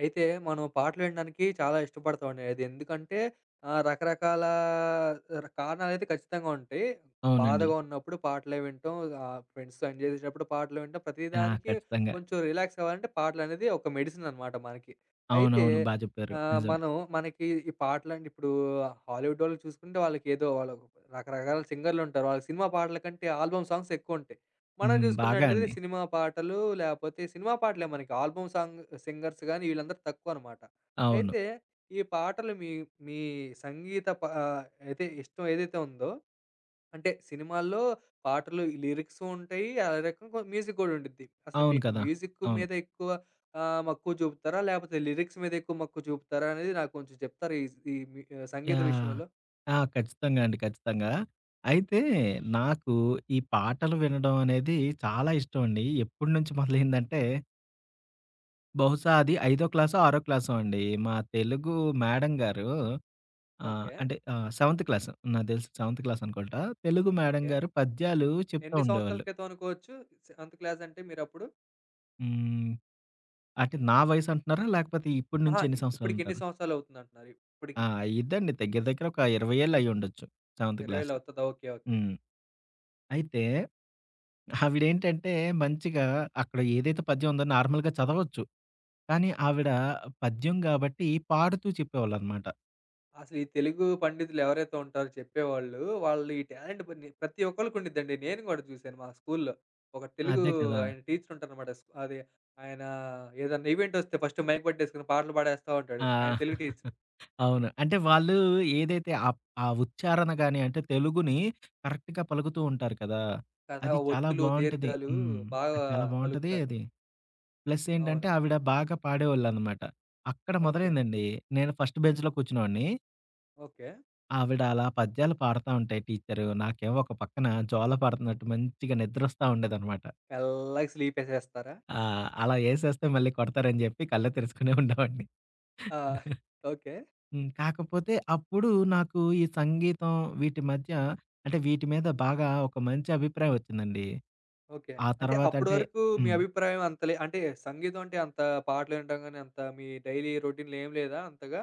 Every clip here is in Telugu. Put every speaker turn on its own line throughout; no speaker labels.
అయితే మనం పాటలు వినడానికి చాలా ఇష్టపడతామండి. అది ఎందుకంటే రకరకాల ర కారణాలైతే ఖచ్చితంగా ఉంటాయి.
అవునండి.
బాధగా ఉన్నప్పుడు పాటలే వింటాం. ఫ్రెండ్స్‌తో ఎంజాయ్ చేసేటప్పుడు పాటలు వింటాం.
ఆ!
ప్రతిదానికి
ఖచ్చితంగా.
కొంచెం రిలాక్స్ అవ్వాలంటే పాటలనేది ఒక మెడిసిన్ అనమాట మనకి. అయితే,
అవునవును. బా చెప్పారు. నిజమే.
మనం మనకి ఈ పాటలంటే ఇప్పుడు హాలీవుడ్ వాళ్ళని చూసుకుంటే వాళ్ళకేదో వాళ్ళు రకరకాల సింగర్‌లుంటారు. వాళ్ళకి సినిమా పాటల కంటే ఆల్బమ్ సాంగ్స్ ఎక్కువుంటాయి. మనం
హ్మ్. బాగా
చూసుకున్నట్లయితే
అండి.
సినిమా పాటలు, లేపోతే సినిమా పాటలే మనకి, ఆల్బమ్ సాంగ్ సింగర్స్ గానీ వీళ్ళందరూ తక్కువనమాట.
అవును.
అయితే ఈ పాటలు మీ మీ సంగీత అయితే ఇష్టం ఏదైతే ఉందో, అంటే సినిమాల్లో పాటలు లిరిక్స్ ఉంటాయి. అదే రకంగా మ్యూజిక్ గూడా ఉండిద్ది. అసలు
అవును
మీకు
కదా!
మ్యూజిక్
అవును.
మీద ఎక్కువ మక్కువ చూపుతారా? లేపోతే లిరిక్స్ మీద ఎక్కువ మక్కువ చూపుతారా? అనేది నాకు కొంచెం చెప్తారా? ఈ ఈ మి ఆహ్, సంగీత
యాహ్!
విషయంలో?
ఆ! ఖచ్చితంగా అండి. ఖచ్చితంగా. అయితే నాకు ఈ పాటలు వినడం అనేది చాలా ఇష్టం అండి. ఎప్పటి నుంచి మొదలైందంటే బహుశా అది ఐదో క్లాసో, ఆరో క్లాసో అండి. మా తెలుగు మేడం గారు
ఓకే.
అంటే సెవెంత్ క్లాస్ నాకు తెలిసి సెవెంత్ క్లాస్ అనుకుంటా. Telugu madam
okay.
గారు పద్యాలు చెప్తా
ఎన్ని సంవత్సరాల
ఉండేవాళ్ళు.
క్రితం అనుకోవచ్చు? సెవెంత్ క్లాస్ అంటే మీరప్పుడు?
హ్మ్. అంటే నా వయసంటున్నారా? లేకపోతే ఇప్పటి నుంచి
అహా!
ఎన్ని
ఇప్పటికి ఎన్ని
సంవత్సరాలంటారా?
సంవత్సరాలవుతుందంటున్నారు? ఇప్పటికి
ఆ! అయ్యిద్దండి. దగ్గర దగ్గర ఒక 20 ఏళ్ళు అయ్యుండొచ్చు. Seventh
20
class.
ఏళ్ళు అవుతదా? ఓకే. ఓకే.
హ్మ్. అయితే ఆవిడేంటంటే మంచిగా అక్కడ ఏదైతే పద్యం ఉందో నార్మల్‌గా చదవచ్చు. కానీ ఆవిడ పద్యం గాబట్టి పాడుతూ చెప్పేవాళ్ళనమాట.
అసలు ఈ తెలుగు పండితులు ఎవరైతే ఉంటారో చెప్పేవాళ్ళు, వాళ్ళు, ఈ టాలెంట్ పని ప్రతి ఒక్కళ్ళకి ఉండిద్దండి. నేను గూడా చూశాను మా స్కూల్లో. ఒక తెలుగు
అదే కదా!
ఆయన టీచర్ ఉంటారనమాట. అది ఆయన, ఏదన్నా ఈవెంట్ వస్తే ఫస్ట్ మైక్ పట్టేసుకొని పాటలు పాడేస్తా
ఆ!
ఉంటాడు. ఆయన తెలుగు టీచరు.
అవును. అంటే వాళ్ళు ఏదైతే ఆ ఉచ్చారణ గాని అంటే తెలుగుని కరెక్ట్‌గా పలుకుతూ ఉంటారు కదా!
కదా!
అది చాలా
ఒత్తులు,
బావుంటది.
దీర్ఘాలు
హ్మ్.
బాగా
అది చాలా బావుంటది
పలుకుతారు.
అది. ప్లస్ ఏంటంటే
అవును.
ఆవిడ బాగా పాడేవాళ్ళనమాట. అక్కడ
ఓకే.
మొదలైందండి. నేను ఫస్ట్ బెంచ్‌లో కూర్చునేవాడిని.
ఓకే.
ఆవిడ అలా పద్యాలు పాడుతా ఉంటే టీచరు, నాకేమో ఒక పక్కన జోలపాడుతున్నట్టు మంచిగా నిద్రొస్తా ఉండేదనమాట.
మెల్లగా స్లీపేసేస్తారా?
అలా ఏసేస్తే మళ్ళీ కొడతారని జెప్పి కళ్ళు తెరుచుకునే ఉండేవాడిని.
ఆ! ఓకే.
హ్మ్. కాకపోతే అప్పుడు నాకు ఈ సంగీతం వీటి మధ్య అంటే వీటి మీద బాగా ఒక మంచి అభిప్రాయం ఒచ్చిందండి.
ఓకే.
ఆ
అంటే
తర్వాత
అప్పటి
అంటే
వరకు మీ
హ్మ్.
అభిప్రాయం అంత లే, అంటే సంగీతం అంటే అంత పాటలు వినటం గాని, అంత మీ డైలీ రొటీన్‌లో ఏం లేదా అంతగా?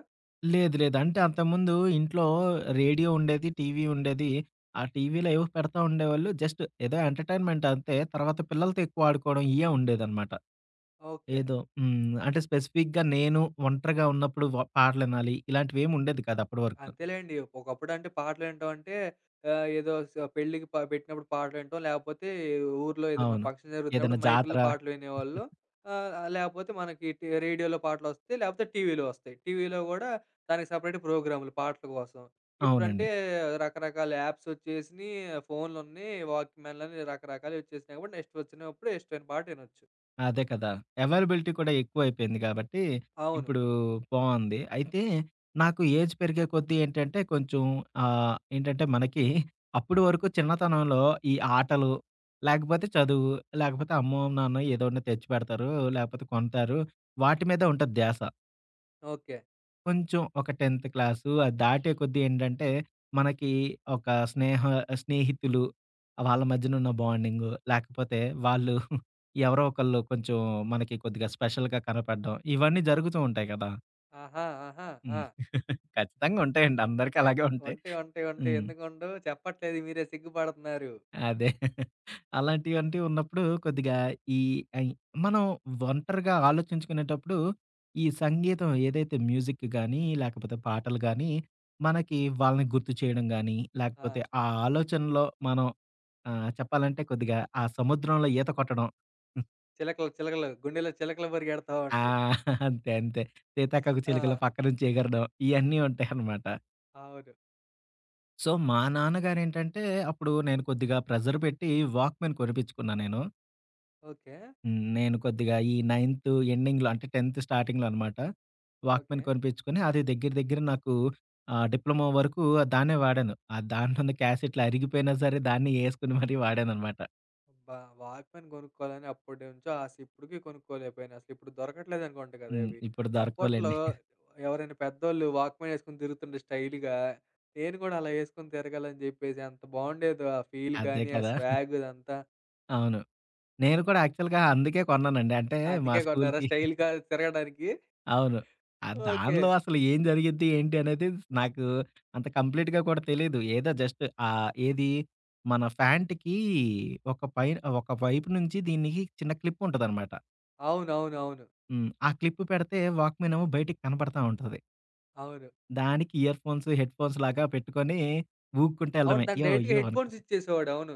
లేదు. లేదు. అంటే అంతకుముందు ఇంట్లో రేడియో ఉండేది. టీవీ ఉండేది. ఆ టీవీలో ఏవో పెడతా ఉండేవాళ్ళు. జస్ట్ ఏదో ఎంటర్‌టైన్‌మెంట్ అంతే. తర్వాత పిల్లలతో ఎక్కువ ఆడుకోవడం ఇయే ఉండేదనమాట.
ఓకే.
ఏదో హ్మ్. అంటే స్పెసిఫిక్‌గా నేను ఒంటరిగా ఉన్నప్పుడు పాటలినాలి. ఇలాంటివేమి ఉండేది కాదు అప్పటి వరకు.
అంతేలేండి. ఒకప్పుడంటే పాటలినటం అంటే ఏదో పెళ్ళికి పెట్టినప్పుడు పాటలినటం, లేపోతే ఊర్లో ఏదైనా
అవును.
ఫంక్షన్ జరుగుతున్నప్పుడు
ఏదైనా జాతర
మైకుల్లో పాటలు వినేవాళ్ళు. ఆహ్, ఆహ్, లేపోతే మనకి రేడియోలో పాటలొస్తాయి, లేపోతే టీవీలో ఒస్తాయి. టీవీలో గూడా దానికి సెపరేట్ ప్రోగ్రాములు పాటల కోసం.
అవునండి.
ఇప్పుడంటే రకరకాల యాప్స్ ఒచ్చేసినియి, ఫోన్లున్నయి, వాక్‌మ్యాన్‌లని రకరకాలయి ఒచ్చేసినియి కాబట్టి నెక్స్ట్ ఒచ్చినప్పుడు ఇష్టమైన పాట ఇనొచ్చు.
అదే కదా! అవైలబిలిటీ కూడా ఎక్కువైపోయింది గాబట్టి,
అవును.
ఇప్పుడు బావుంది. అయితే నాకు ఏజ్ పెరిగే కొద్దీ ఏంటంటే, కొంచెం ఏంటంటే మనకి అప్పటి వరకు చిన్నతనంలో ఈ ఆటలు, లేకపోతే చదువు, లేకపోతే అమ్మో, నాన్నో ఏదో ఒకటి తెచ్చిపెడతారు, లేకపోతే కొంటారు. వాటి మీదే ఉంటది ధ్యాస.
ఓకే.
కొంచెం ఒక 10థ్ క్లాసు అది దాటే కొద్దీ ఏంటంటే, మనకి ఒక స్నేహ స్నేహితులు వాళ్ళ మధ్యనున్న బాండింగు, లేకపోతే వాళ్ళు ఎవరో ఒకళ్ళు కొంచెం మనకి కొద్దిగా స్పెషల్‌గా కనపడడం, ఇవన్నీ జరుగుతూ ఉంటాయి కదా!
ఆహా! ఆహా!
హ్మ్.
ఆ!
ఖచ్చితంగా ఉంటాయండి. అందరికి అలాగే ఉంటాయి.
ఉంటాయి, ఉంటాయి, ఉంటాయి.
హ్మ్.
ఎందుకుండవు? చెప్పట్లేదు, మీరే సిగ్గుపడుతున్నారు.
అదే. అలాంటివంటి ఉన్నప్పుడు కొద్దిగా ఈ ఐ మనం ఒంటరిగా ఆలోచించుకునేటప్పుడు, ఈ సంగీతం ఏదైతే మ్యూజిక్ గానీ, లేకపోతే పాటలు గానీ, మనకి వాళ్ళని గుర్తు చేయడం గానీ,
ఆ!
లేకపోతే ఆ ఆలోచనలో మనం చెప్పాలంటే కొద్దిగా ఆ సముద్రంలో ఈత కొట్టడం.
చిలకలు, చిలకలు, గుండెలో చిలకలు పరిగెడతా
ఆ!
ఉంటాయి.
అంతే. అంతే. సీతాకోక చిలుకల
ఆ!
పక్క నుంచి ఎగరడం ఇయన్నీ ఉంటాయనమాట.
అవును.
సో, మా నాన్నగారేంటంటే, అప్పుడు నేను కొద్దిగా ప్రెజర్ పెట్టి వాక్‌మెన్ కొనిపించుకున్నా నేను.
ఓకే.
హ్మ్. నేను కొద్దిగా ఈ నైన్త్ ఎండింగ్‌లో అంటే 10థ్ స్టార్టింగ్‌లో అనమాట. Walkman
okay.
కొనిపించుకొని అది దగ్గర దగ్గర నాకు డిప్లొమా వరకు దాన్నే వాడాను. ఆ దాంట్లో ఉన్న క్యాసెట్లు అరిగిపోయినా సరే దాన్ని యేసుకొని మరీ వాడాననమాట.
అబ్బా! వాక్‌మ్యాన్ కొనుక్కోవాలని అప్పటి నుంచో ఆశ. ఇప్పటికి కొనుక్కోలేకపోయాను. అసలు ఇప్పుడు దొరకట్లేదనుకుంట కదా
హ్మ్.
ఇవి.
ఇప్పుడు
అప్పట్లో
దొరకవులెండి.
ఎవరైనా పెద్దోళ్ళు వాక్‌మ్యాన్ యేసుకొని తిరుగుతుంటే స్టైల్‌గా, నేను కూడా అలా యేసుకొని తిరగాలని జెప్పేసి, అంత బావుండేదో ఆ ఫీల్
అదే
గాని, ఆ
కదా!
స్వాగ్ ఇదంతా.
అవును. నేను కూడా యాక్చువల్‌గా అందుకే కొన్నానండి. అంటే మా
అందుకే కొన్నారా
స్కూల్‌కి
స్టైల్‌గా తిరగడానికి?
అవును. ఆ
ఓకే.
దానిలో అసలు ఏం జరిగిద్ది ఏంటి అనేది నాకు అంత కంప్లీట్‌గా కూడా తెలీదు. ఏదో జస్ట్ ఏది మన ఫ్యాంట్‌కి ఒక పైన ఒక వైపు నుంచి దీనికి చిన్న క్లిప్ ఉంటదనమాట.
అవునవునవును. అవును.
హ్మ్. ఆ క్లిప్ పెడితే వాక్‌మెన్ ఏమో బయటికి కనపడతా ఉంటది.
అవును, అవును,
దానికి ఇయర్ ఫోన్స్, హెడ్ ఫోన్స్ లాగా పెట్టుకొని ఊగుకుంటా
అవును.
ఎళ్ళడమే.
దానికి
యో!
డైరెక్ట్‌గా
యో!
హెడ్‌ఫోన్స్
అనుకుంటే.
ఇచ్చేసేవాడు. అవును.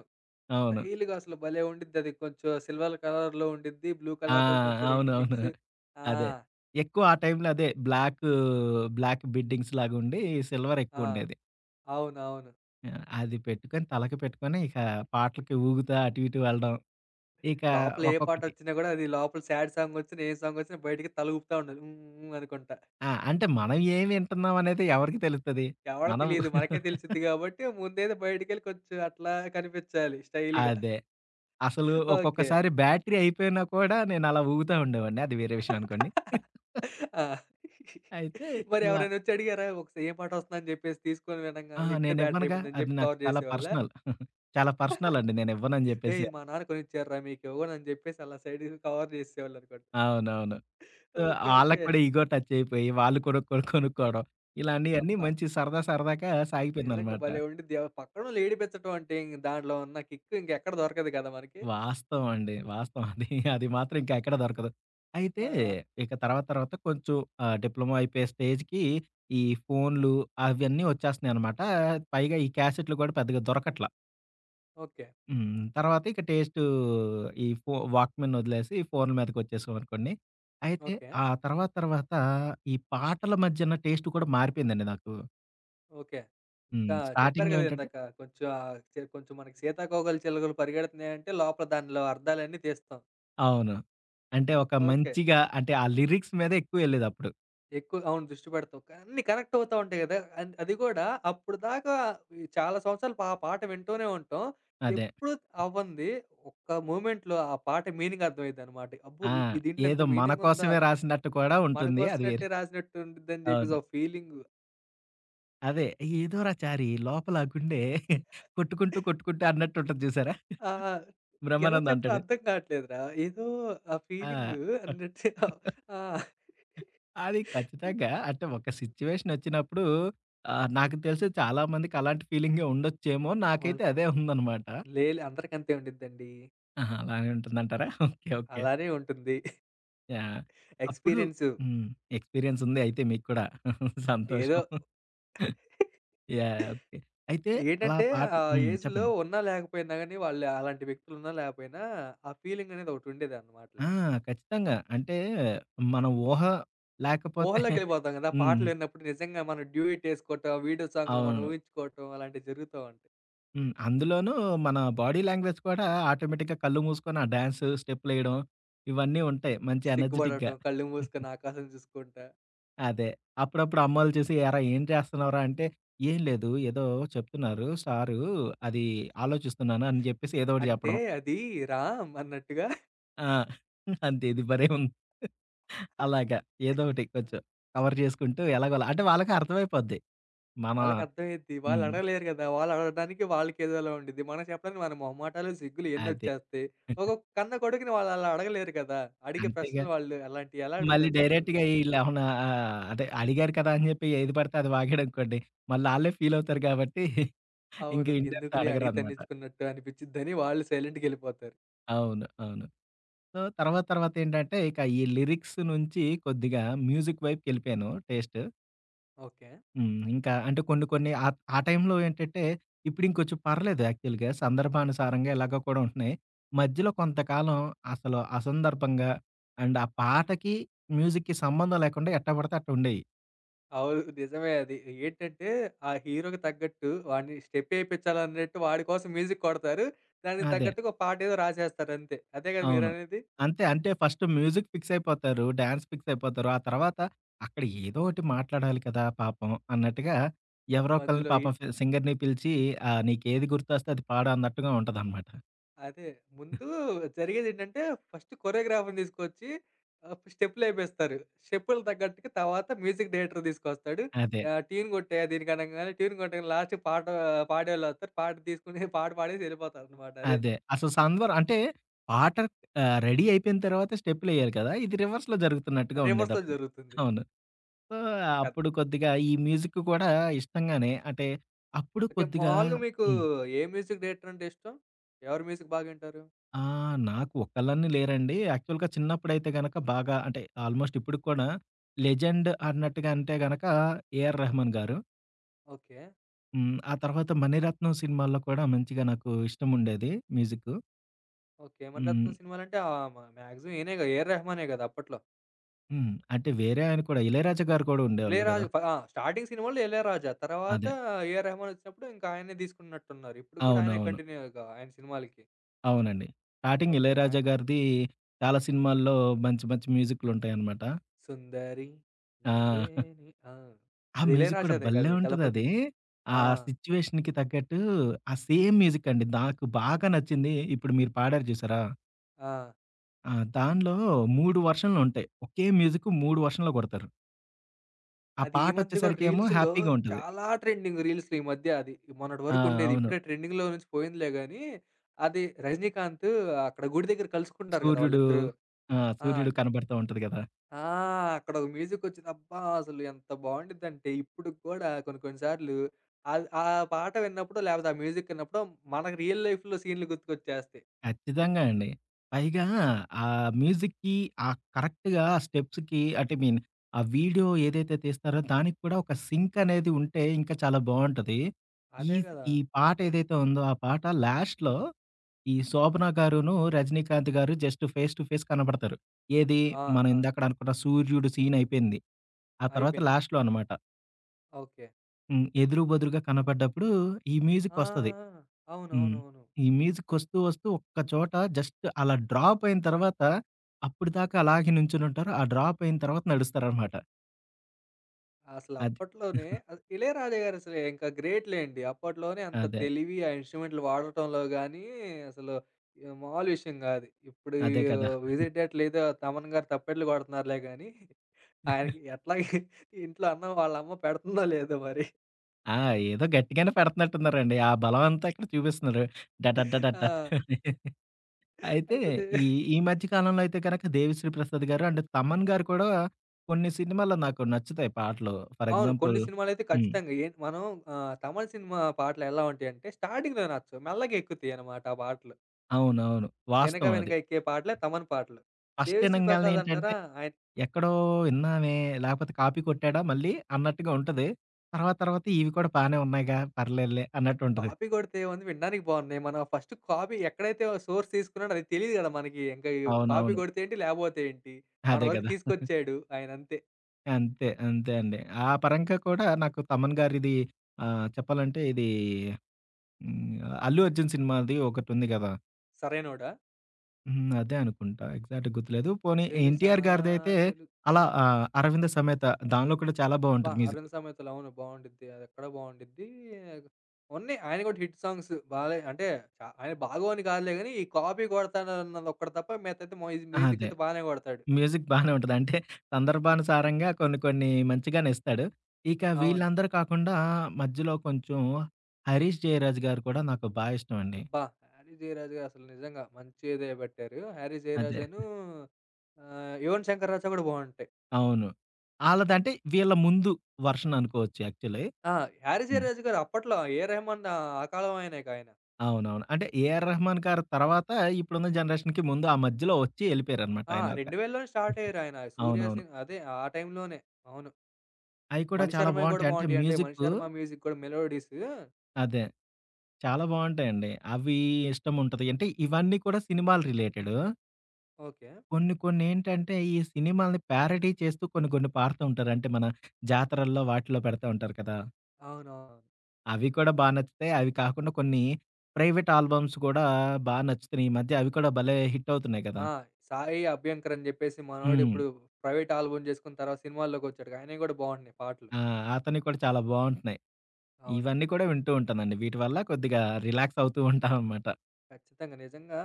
అవును.
స్టైల్‌గా అసలు భలే! ఉండిద్దది. కొంచెం సిల్వర్ కలర్‌లో ఉండిద్ది. బ్లూ
ఆ!
కలర్‌లో కొంచెం 2
అవునవును.
మిక్స్. ఆ!
అదే. ఎక్కువ ఆ టైంలో అదే బ్లాక్ బిడ్డింగ్స్ లాగుండి సిల్వర్
ఆ!
ఎక్కువుండేది.
అవునవును.
ఆ! అది పెట్టుకొని తలకి పెట్టుకొని ఇక పాటలకి ఊగుతా అటు ఇటు వెళ్ళడం. ఇక
లోపల ఏ
ఒక్కొక్కటి
పాటొచ్చినా గూడా, అది లోపల సాడ్ సాంగొచ్చినా, ఏ సాంగొచ్చినా బయటికి తల ఊపుతా ఉండేది. హ్మ్. హ్మ్. అనుకుంటా.
ఆ! అంటే మనం ఏం వింటున్నాం అనేది ఎవరికి తెలుస్తది?
ఎవడో
మనం
తెలీదు, మనకే తెలిసిద్ది గాబట్టి, ముందేదో బయటికెళ్ళి కొంచెం అట్లా కనిపిచ్చాలి స్టైల్‌గా.
అదే. అసలు
ఓకే.
ఒక్కొక్కసారి బ్యాటరీ అయిపోయినా కూడా నేను అలా ఊగుతా ఉండేవాడిని. అది వేరే విషయం అనుకోండి.
ఆ!
అయితే
మరి
ఇలా
ఎవరైనొచ్చి అడిగారా? ఒకసారి ఏ పాటొస్తుందని జెప్పేసి తీసుకొని
ఆ!
వినంగాల్నే ఇప్పుడే బ్యాటరీ
నేనివ్వనుగా
అయిపోయిందని
అది
జెప్పి
నాకు
కవర్
చాలా
జేసేవాళ్ళా?
పర్సనల్. చాలా పర్సనల్ అండి. నేనివ్వనని
ఏయ్!
జెప్పేసి.
ఇది మా నాన్న కొనిచ్చారురా, మీకివ్వను అని చెప్పేసి అలా సైడ్‌కి కవర్ చేసేసేవాళ్ళనమాట.
అవునవును. So,
okay.
ఆళ్ళకి
ఓకే.
కూడా ఇగో టచ్ అయిపోయి వాళ్ళు కొనుక్కోవడం. ఇలాంటియన్నీ
అబ్బా!
మంచి సరదా సరదాగా
నిజంగా
సాగిపోయిందనమాట.
భలే ఉండిద్ది. ఆ పక్కనోళ్ళు ఏడిపించటం అంటే ఇంక దాంట్లో ఉన్న కిక్ ఇంకెక్కడ దొరకదు కదా మనకి.
వాస్తవం అండి. వాస్తవం అది. అది మాత్రం ఇంకెక్కడ దొరకదు. అయితే
ఆ!
ఇక తర్వాత తర్వాత కొంచెం డిప్లొమా అయిపోయే స్టేజ్‌కి ఈ ఫోన్‌లు అవన్నీ వచ్చేస్తున్నాయన్నమాట. పైగా ఈ క్యాసెట్‌లు కూడా పెద్దగా దొరకట్ల.
ఓకే.
హ్మ్. తర్వాత ఇక టేస్టు ఈ ఫో వాక్‌మెన్ వదిలేసి ఫోన్‌ల మీదకొచ్చేసాం అనుకోండి. అయితే
ఓకే.
ఆ తర్వాత తర్వాత ఈ పాటల మధ్యన టేస్ట్ కూడా మారిపోయిందండి నాకు.
ఓకే. ఇంకా
హ్మ్.
చెప్పారు
స్టార్టింగ్‌లో
కదా
ఏంటంటే
ఇందాక కొంచెం, ఆహ్, చే కొంచెం మనకి సీతాకోకలు చిలుకలు పరిగెడుతున్నాయంటే లోపల దానిలో అర్థాలన్నీ తీస్తాం.
అవును. అంటే ఒక
ఓకే.
మంచిగా అంటే ఆ లిరిక్స్ మీదే ఎక్కువ ఎళ్ళేదప్పుడు.
ఎక్కువ. అవును, దృష్టి పెడతాం. కానీ అన్నీ కనెక్ట్ అవుతా ఉంటాయి గదా! అది గూడా అప్పుడు దాకా ఈ చాలా సంవత్సరాలు ఆ పాట వింటూనే ఉంటాం.
అదే.
ఎప్పుడు అవ్వంది ఒక్క మూమెంట్‌లో ఆ పాట మీనింగ్ అర్థమైద్దనమాట. అబ్బో!
ఆ!
ఈ ఈ దీంట్లో
ఏదో
ఇంత
మన
మీనింగ్ ఉందా?
కోసమే రాసినట్టు కూడా
మన
ఉంటుంది. అది వేరే.
కోసినట్టే రాసినట్టు ఉండిద్దని జెప్పేసి
అవును.
ఒక ఫీలింగు.
అదే "ఏదోరా చారి లోపల ఆ గుండె కొట్టుకుంటూ, కొట్టుకుంటూ" అన్నట్టు ఉంటది చూసారా?
ఆ! ఎలా
బ్రహ్మానందం
చెప్పాలో
అంటాడు.
అర్థం కావట్లేదురా. ఏదో ఆ
ఆ!
ఫీలింగు అన్నట్టు. ఆ!
అది ఖచ్చితంగా అంటే ఒక సిట్యుయేషన్ వచ్చినప్పుడు నాకు తెలిసి చాలా మందికి అలాంటి ఫీలింగే ఉండొచ్చేమో. నాకైతే
ఉంట
అదే ఉందన్నమాట.
లేలే, అందరికంతే ఉండిద్దండి.
ఆహా! అలానే ఉంటుందంటారా? ఓకే. ఓకే.
అలానే ఉంటుంది.
యాహ్! అప్పుడు
ఎక్స్‌పీరియన్సు.
హ్మ్. ఎక్స్‌పీరియన్స్ ఉంది అయితే మీకు కూడా. సంతోషం.
ఏదో.
యాహ్! ఓకే. అయితే అలా
ఏంటంటే ఆ
పాటలు హ్మ్.
ఏజ్‌లో
చెప్పండి.
ఉన్నా లేకపోయినా గాని, వాళ్ళు అలాంటి వ్యక్తులున్నా లేకపోయినా, ఆ ఫీలింగ్ అనేది ఒకటి
ఆ!
ఉండేదన్నమాటలే.
ఖచ్చితంగా. అంటే మన ఊహ లేకపోతే
ఊహల్లోకెళ్ళిపోతాం గదా!
హ్మ్.
పాటలు విన్నప్పుడు నిజంగా మనం డ్యూయెట్ ఏసుకోవటం, వీడియో సాంగ్‌లు మనం
అవును.
ఊహించుకోవటం, అలాంటివి జరుగుతా ఉంటాయి.
హ్మ్. అందులోనూ మన బాడీ లాంగ్వేజ్ కూడా ఆటోమేటిక్‌గా కళ్ళు మూసుకొని ఆ డాన్స్ స్టెప్పులేయడం ఇవన్నీ ఉంటాయి. మంచి ఎనర్జిటిక్‌గా.
సిగ్గుపడటం, కళ్ళు మూసుకొని ఆకాశం చూసుకుంటా,
అదే. అప్పుడప్పుడు అమ్మోళ్ళు చూసి "ఏరా ఏం చేస్తున్నావురా" అంటే "ఏం లేదు ఏదో చెప్తున్నారు సారు అది ఆలోచిస్తున్నాను" అని చెప్పేసి ఏదో ఒకటి
అంటే
చెప్పడం.
అది రామ్ అన్నట్టుగా
ఆ! అంతే ఇది భలే ఉంది. అలాగా ఏదో ఒకటి కొంచెం కవర్ చేసుకుంటూ ఎలాగోలా అంటే వాళ్ళకి అర్థమైపోద్ది. మన
ఆళ్ళకర్థమైద్ది. వాళ్ళు
హ్మ్.
అడగలేరు గదా! వాళ్ళు అడగడానికి వాళ్ళకేదోలా ఉండిద్ది. మనం చెప్పడానికి మన మొహమాటాలు, సిగ్గులు
అదే.
ఎన్నొచ్చేస్తాయి. ఒక కన్న కొడుకుని వాళ్ళలా అడగలేరు కదా! అడిగే
అంతేగా.
ప్రశ్నలు వాళ్ళు అలాంటియి ఎలా
మళ్ళీ
అడుగుతారు చెప్పండి?
డైరెక్ట్‌గా ఈళ్ళేమన్నా అదే అడిగారు కదా! అని జెప్పి ఏది పడితే అది వాగాడనుకోండి, మళ్ళాళ్ళే ఫీలవుతారు గాబట్టి ఇంక
అవును.
ఇన్ డెప్త్
ఎందుకులే అడిగి
అడగరనమాట.
తన్నించుకున్నట్టు అనిపిచ్చిద్దని వాళ్ళు సైలెంట్‌గెళ్ళిపోతారు.
అవును. అవును. సో, తర్వాత తర్వాతేంటంటే ఇక ఈ లిరిక్స్ నుంచి కొద్దిగా మ్యూజిక్ వైపుకెళ్ళిపోయాను టేస్ట్.
ఓకే.
హ్మ్. ఇంకా అంటే కొన్ని కొన్ని ఆ టైంలో ఏంటంటే ఇప్పుడింకొంచెం పర్లేదు యాక్చువల్‌గా సందర్భానుసారంగా ఇలాగ కూడా ఉంటున్నాయి. మధ్యలో కొంతకాలం అసలు అసందర్భంగా అండ్ ఆ పాటకి, మ్యూజిక్‌కి సంబంధం లేకుండా ఎట్టా పడితే అట్టుండేయి.
అవును. నిజమే అది. ఏంటంటే, ఆ హీరోకి తగ్గట్టు వాడిని స్టెప్పేపిచ్చాలన్నట్టు వాడి కోసం మ్యూజిక్ కొడతారు. దానికి
అదే.
తగ్గట్టుగా ఒక పాటేదో రాసేస్తారంతే. అదే గదా
అవును.
మీరనేది?
అంతే. అంటే ఫస్ట్ మ్యూజిక్ ఫిక్స్ అయిపోతారు. డాన్స్ ఫిక్స్ అయిపోతారు. ఆ తర్వాత అక్కడ ఏదో ఒకటి మాట్లాడాలి కదా పాపం అన్నట్టుగా ఎవరో ఒకళ్ళని
మధ్యలో ఈ
పాపం సింగర్‌ని పిలిచి నీకేది గుర్తొస్తే అది పాడు అన్నట్టుగా ఉంటదనమాట.
అదే. ముందు జరిగేదేంటంటే, ఫస్ట్ కొరియోగ్రాఫర్‌ని తీసుకొచ్చి స్టెప్పులేపిస్తారు. స్టెప్పులు తగ్గట్టుగా తర్వాత మ్యూజిక్ డైరెక్టర్ తీసుకొస్తాడు.
అదే.
ట్యూన్ కొట్టేయి దీనికి అనంగానే, ట్యూన్ కొట్టంగానే లాస్ట్‌కి పాట పాడేవాళ్ళొస్తారు. పాట తీసుకొని పాట పాడేసి వెళ్ళిపోతారనమాట. అదే
అదే. అసలు సంద్వర్ అంటే పాట రెడీ అయిపోయిన తర్వాత స్టెప్పులెయ్యాలి కదా! ఇది రివర్స్‌లో జరుగుతున్నట్టుగా
రివర్స్‌లో
ఉండేదప్పుడు.
జరుగుతుంది
అవును. సో,
కథ.
అప్పుడు కొద్దిగా ఈ మ్యూజిక్ కూడా ఇష్టంగానే అంటే అప్పుడు
ఓకే.
కొద్దిగా
మామూలుగా మీకు
హ్మ్.
ఏ మ్యూజిక్ డైరెక్టర్ అంటే ఇష్టం? ఎవరి మ్యూజిక్ బాగా వింటారు?
ఆ! నాకు ఒక్కళ్ళని లేరండి. యాక్చువల్‌గా చిన్నప్పుడైతే గనక బాగా అంటే ఆల్‌మోస్ట్ ఇప్పటికి కూడా లెజెండ్ అన్నట్టుగా అంటే గనక 'ఏఆర్ రెహమాన్' గారు.
ఓకే.
హ్మ్. ఆ తర్వాత 'మణిరత్నం' సినిమాల్లో కూడా మంచిగా నాకు ఇష్టముండేది మ్యూజిక్కు.
ఓకే.
హ్మ్.
'మణిరత్నం' సినిమాలంటే ఆహ్, మ మాక్సిమం ఈయనే కదా! ఏఆర్ రెహమానే కదా! అప్పట్లో.
హ్మ్. అంటే వేరే ఆయన కూడా 'ఇళయరాజా' గారు కూడా ఉండేవాళ్ళు గదా!
ఇళయరాజు ఫ ఆ! స్టార్టింగ్ సినిమాల్లో ఇళయరాజా. తర్వాత
అదే.
ఏఆర్ రెహమాన్ వచ్చినప్పుడు ఇంకా ఆయన్నే తీసుకున్నట్టున్నారు. ఇప్పుడు కూడా ఆయనే
అవునవును.
కంటిన్యూ ఇక ఆయన సినిమాలకి.
అవునండి. Starting
okay.
'ఇళయరాజా'
ఆయన
గారిది చాలా సినిమాల్లో మంచి మంచి మ్యూజిక్కులుంటాయనమాట.
'సుందరి
ఆ!
నువ్వే నే' ఆ!
ఆ
అది
మ్యూజిక్ కూడా
ఇళయరాజాదే
భలే
గది
ఉంటదది.
'దళపతి'.
ఆ
ఆ!
సిట్యుయేషన్‌కి తగ్గట్టు ఆ సేమ్ మ్యూజిక్ అండి. నాకు బాగా నచ్చింది ఇప్పుడు మీరు పాడారు చూసారా?
ఆ!
ఆ! దానిలో 3 వర్షన్‌లుంటాయి. ఒకే మ్యూజిక్ 3 వర్షన్‌లో కొడతారు. ఆ
అది ఈ మధ్య కూడా
పాటొచ్చేసరికేమో
రీల్స్‌లో,
హ్యాపీగా ఉంటది.
చాలా ట్రెండింగ్ రీల్స్‌లో ఈ మధ్య అది. మొన్నటి
ఆ!
వరకు ఉండేది.
అవును.
ఇప్పుడే ట్రెండింగ్‌లో నుంచి పోయిందిలే గానీ, అది రజినీకాంత్ అక్కడ గుడి దగ్గర కలుసుకుంటారు కదా!
సూర్యుడు
వాళ్ళిద్దరూ.
ఆ!
ఆ!
సూర్యుడు కనబడతా ఉంటది కదా!
ఆ! అక్కడొక మ్యూజికొచ్చింది. అబ్బా! అసలు ఎంత బావుండిద్దంటే ఇప్పుడుకి గూడా కొన్ని కొన్ని సార్లు ఆ పాట విన్నప్పుడో, లేపోతే ఆ మ్యూజిక్ విన్నప్పుడో మనకు రియల్ లైఫ్‌లో సీన్‌లు గుర్తుకొచ్చేస్తాయి.
ఖచ్చితంగా అండి. పైగా ఆ మ్యూజిక్‌కి ఆ కరెక్ట్‌గా ఆ స్టెప్స్‌కి ఐ మీన్ ఆ వీడియో ఏదైతే తీస్తారో దానికి కూడా ఒక సింక్ అనేది ఉంటే ఇంకా చాలా బావుంటది. ఈ
అదే గదా!
ఈ పాట ఏదైతే ఉందో ఆ పాట లాస్ట్‌లో ఈ 'శోభన' గారును, 'రజనీకాంత్' గారు జస్ట్ ఫేస్ టు ఫేస్ కనపడతారు. ఏది
ఆ!
మనం
ఆ!
ఇందాకడ అనుకున్న 'సూర్యుడు' సీన్ అయిపోయింది. ఆ తర్వాత
అయిపోయింది.
లాస్ట్‌లో అనమాట.
ఓకే.
హ్మ్. ఎదురు బెదురుగా కనపడ్డప్పుడు ఈ
ఆ!
మ్యూజికొస్తది.
ఆ!
హ్మ్.
అవునవునవును.
ఈ మ్యూజికొస్తూ వస్తూ వస్తూ ఒక్క చోట జస్ట్ అలా డ్రాప్ అయిన తర్వాత అప్పటిదాకా అలాగే నుంచొనుంటారు. ఆ డ్రాప్ అయిన తర్వాత నడుస్తారనమాట.
అసలు
అది.
అప్పట్లోనే 'ఇళయరాజా' గారు అసలు ఇంకా గ్రేట్ లేండి. అప్పట్లోనే అంత
అదే.
తెలివి, ఆ ఇన్‌స్ట్రుమెంట్లు వాడటంలో గానీ అసలు, మామూలు విషయం గాదు. ఇప్పుడు
అదే కదా!
విజిటేట్ లేదో తమన్ గారు తప్పెట్లు కొడుతున్నారులే గానీ, ఆయనకి ఎట్లాగే ఇంట్లో అన్నం వాళ్ళ అమ్మ పెడుతుందో లేదో మరి.
ఆ! ఏదో గట్టిగానే పెడుతున్నట్టున్నారండి. ఆ బలం అంతా ఇక్కడ చూపిస్తున్నారు. డడడడడట్
ఆ!
అని. అయితే
ఇప్పుడు
ఈ ఈ మధ్య కాలంలో అయితే గనక 'దేవిశ్రీ ప్రసాద్' గారు అండ్ 'తమన్' గారు కూడా కొన్ని సినిమాల్లో నాకు నచ్చుతాయి పాటలు. ఫర్
అవును.
ఎగ్జాంపుల్
కొన్ని సినిమాలైతే
హ్మ్.
ఖచ్చితంగా ఏ మనం, తమిళ్ సినిమా పాటలు ఎలా ఉంటాయంటే స్టార్టింగ్‌లో నచ్చవు. మెల్లగా ఎక్కుతాయన్నమాట ఆ పాటలు.
అవునవును.
వినక
వాస్తవం
వినక
అది.
ఎక్కే పాటలే తమన్ పాటలు.
ఫస్ట్
'దేవిశ్రీ
ఇనంగాల్నే
ప్రసాద్'
ఏంటంటే
అంటారా, ఆయన
ఎక్కడో విన్నామే, లేకపోతే కాపీ కొట్టాడా మళ్ళీ అన్నట్టుగా ఉంటది. తర్వాత తర్వాత ఇవి కూడా బానే ఉన్నాయిగా పర్లేదులే అన్నట్టు ఉంటది.
కాపీ కొడితే ఏముంది? వినడానికి బాగున్నాయి. మనం ఫస్ట్ కాపీ ఎక్కడైతే సోర్స్ తీసుకున్నాడో అది తెలీదు కదా మనకి. ఇంకా ఈ కాపీ
అవునవును.
కొడితే ఏంటి? లేపోతే ఏంటి? మన
అదే
వరకు
కదా!
తీసుకొచ్చాడు ఆయనంతే.
అంతే. అంతే అండి. ఆ పరంగా కూడా నాకు తమన్ గారిది చెప్పాలంటే ఇది హ్మ్. 'అల్లు అర్జున్' సినిమాది ఒకటుంది గదా!
సరైనోడా?
హ్మ్. అదే అనుకుంటా. ఎగ్జాక్ట్‌గా గుర్తులేదు. పోనీ
తెలుసా
'ఎన్టీఆర్' గారిదైతే
తెలు
అలా 'అరవింద సమేత' దానిలో కూడా చాలా
అబ్బా!
బావుంటది
'అరుణ
మ్యూజిక్.
సామెతలు', అవును బావుండిద్ది. అదెక్కడో బావుండిద్ది. ఉన్నాయి ఆయన కూడా హిట్ సాంగ్స్ బాలే అంటే, ఆయన బాగోని కాదులే గానీ, ఈ కాపీ కొడతానన్నది ఒక్కటి తప్ప మిగతాదైతే మొయిజ్ మ్యూజిక్
అదే.
అయితే బానే కొడతాడు.
మ్యూజిక్ బానే ఉంటది. అంటే సందర్భానుసారంగా కొన్ని కొన్ని మంచిగానే ఇస్తాడు. ఇక
అవును.
వీళ్ళందరూ కాకుండా మధ్యలో కొంచెం 'హరీష్ జయరాజ్' గారు కూడా నాకు బా ఇష్టం అండి.
అబ్బా! 'హరి జయరాజు' గారు అసలు నిజంగా మంచిదే పెట్టారు. 'హరి
అదే.
జయరాజను', 'యువన్ శంకర్ రాజా' కూడా బావుంటాయి.
అవును. ఆళ్ళదంటే వీళ్ళ ముందు వర్షన్ అనుకోవచ్చు యాక్చువల్లీ.
ఆ! 'హరి
హ్మ్.
జయరాజు' గారు అప్పట్లో 'ఏ రెహమాన్', ఆ ఆ కాలం ఆయనే కదా ఆయన.
అవునవును. అంటే 'ఏఆర్ రెహమాన్' గారి తర్వాత ఇప్పుడున్న జనరేషన్‌కి ముందు ఆ మధ్యలో వచ్చి ఎళ్ళిపోయారనమాట
ఆ!
ఆయన ఒక
2000 లోనే స్టార్ట్ అయ్యారు ఆయన. 'సూర్య'
అవునవును.
సిన్ అదే ఆ టైంలోనే. అవును.
అయి కూడా చాలా
మణిశర్మయి గూడా
బావుంటాయి. అంటే
బావుంటాయండి.
మ్యూజిక్కు
మణిశర్మ మ్యూజిక్ గూడా మెలోడీస్.
అదే. చాలా బావుంటాయండి. అవి ఇష్టం ఉంటది. అంటే ఇవన్నీ కూడా సినిమాలు రిలేటెడు.
ఓకే.
కొన్ని కొన్ని ఏంటంటే, ఈ సినిమాల్ని ప్యారడీ చేస్తూ కొన్ని కొన్ని పాడుతూ ఉంటారు. అంటే మన జాతరల్లో వాటిలో పెడతా ఉంటారు కదా!
అవునవును.
అవి కూడా బా నచ్చుతాయి. అవి కాకుండా కొన్ని ప్రైవేట్ ఆల్బమ్స్ కూడా బా నచ్చుతున్నాయి. ఈ మధ్య అవి కూడా భలే హిట్ అవుతున్నాయి కదా!
ఆ! సాయి అభ్యంకర్ అని జెప్పేసి మనోడు
హ్మ్.
ఇప్పుడు ప్రైవేట్ ఆల్బమ్ జేసుకున్న తర్వాత సినిమాల్లోకొచ్చాడుగా. ఆయనయి గూడా బావుంటున్నాయి పాటలు.
ఆ! అతనివి కూడా చాలా బావుంటున్నాయి.
అవును.
ఇవన్నీ కూడా వింటూ ఉంటానండి. వీటి వల్ల కొద్దిగా రిలాక్స్ అవుతూ ఉంటాననమాట.
ఖచ్చితంగా. నిజంగా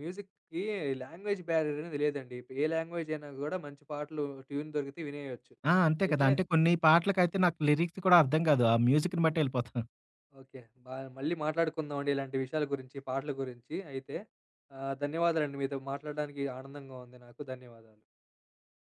మ్యూజిక్‌కి లాంగ్వేజ్ బ్యారియర్ అనేది లేదండి. ఏ లాంగ్వేజ్ అయినా గూడా మంచి పాటలు, ట్యూన్ దొరికితే వినేయొచ్చు.
ఆ! అంతే కదా!
అయితే
అంటే కొన్ని పాటలకైతే నాకు లిరిక్స్ కూడా అర్థం కాదు. ఆ మ్యూజిక్‌ని బట్టి ఎళ్ళిపోతా.
ఓకే. బా మళ్ళీ మాట్లాడుకుందామండి ఇలాంటి విషయాల గురించి, పాటల గురించి అయితే. ధన్యవాదాలండి. మీతో మాట్లాడడానికి ఆనందంగా ఉంది నాకు. ధన్యవాదాలు.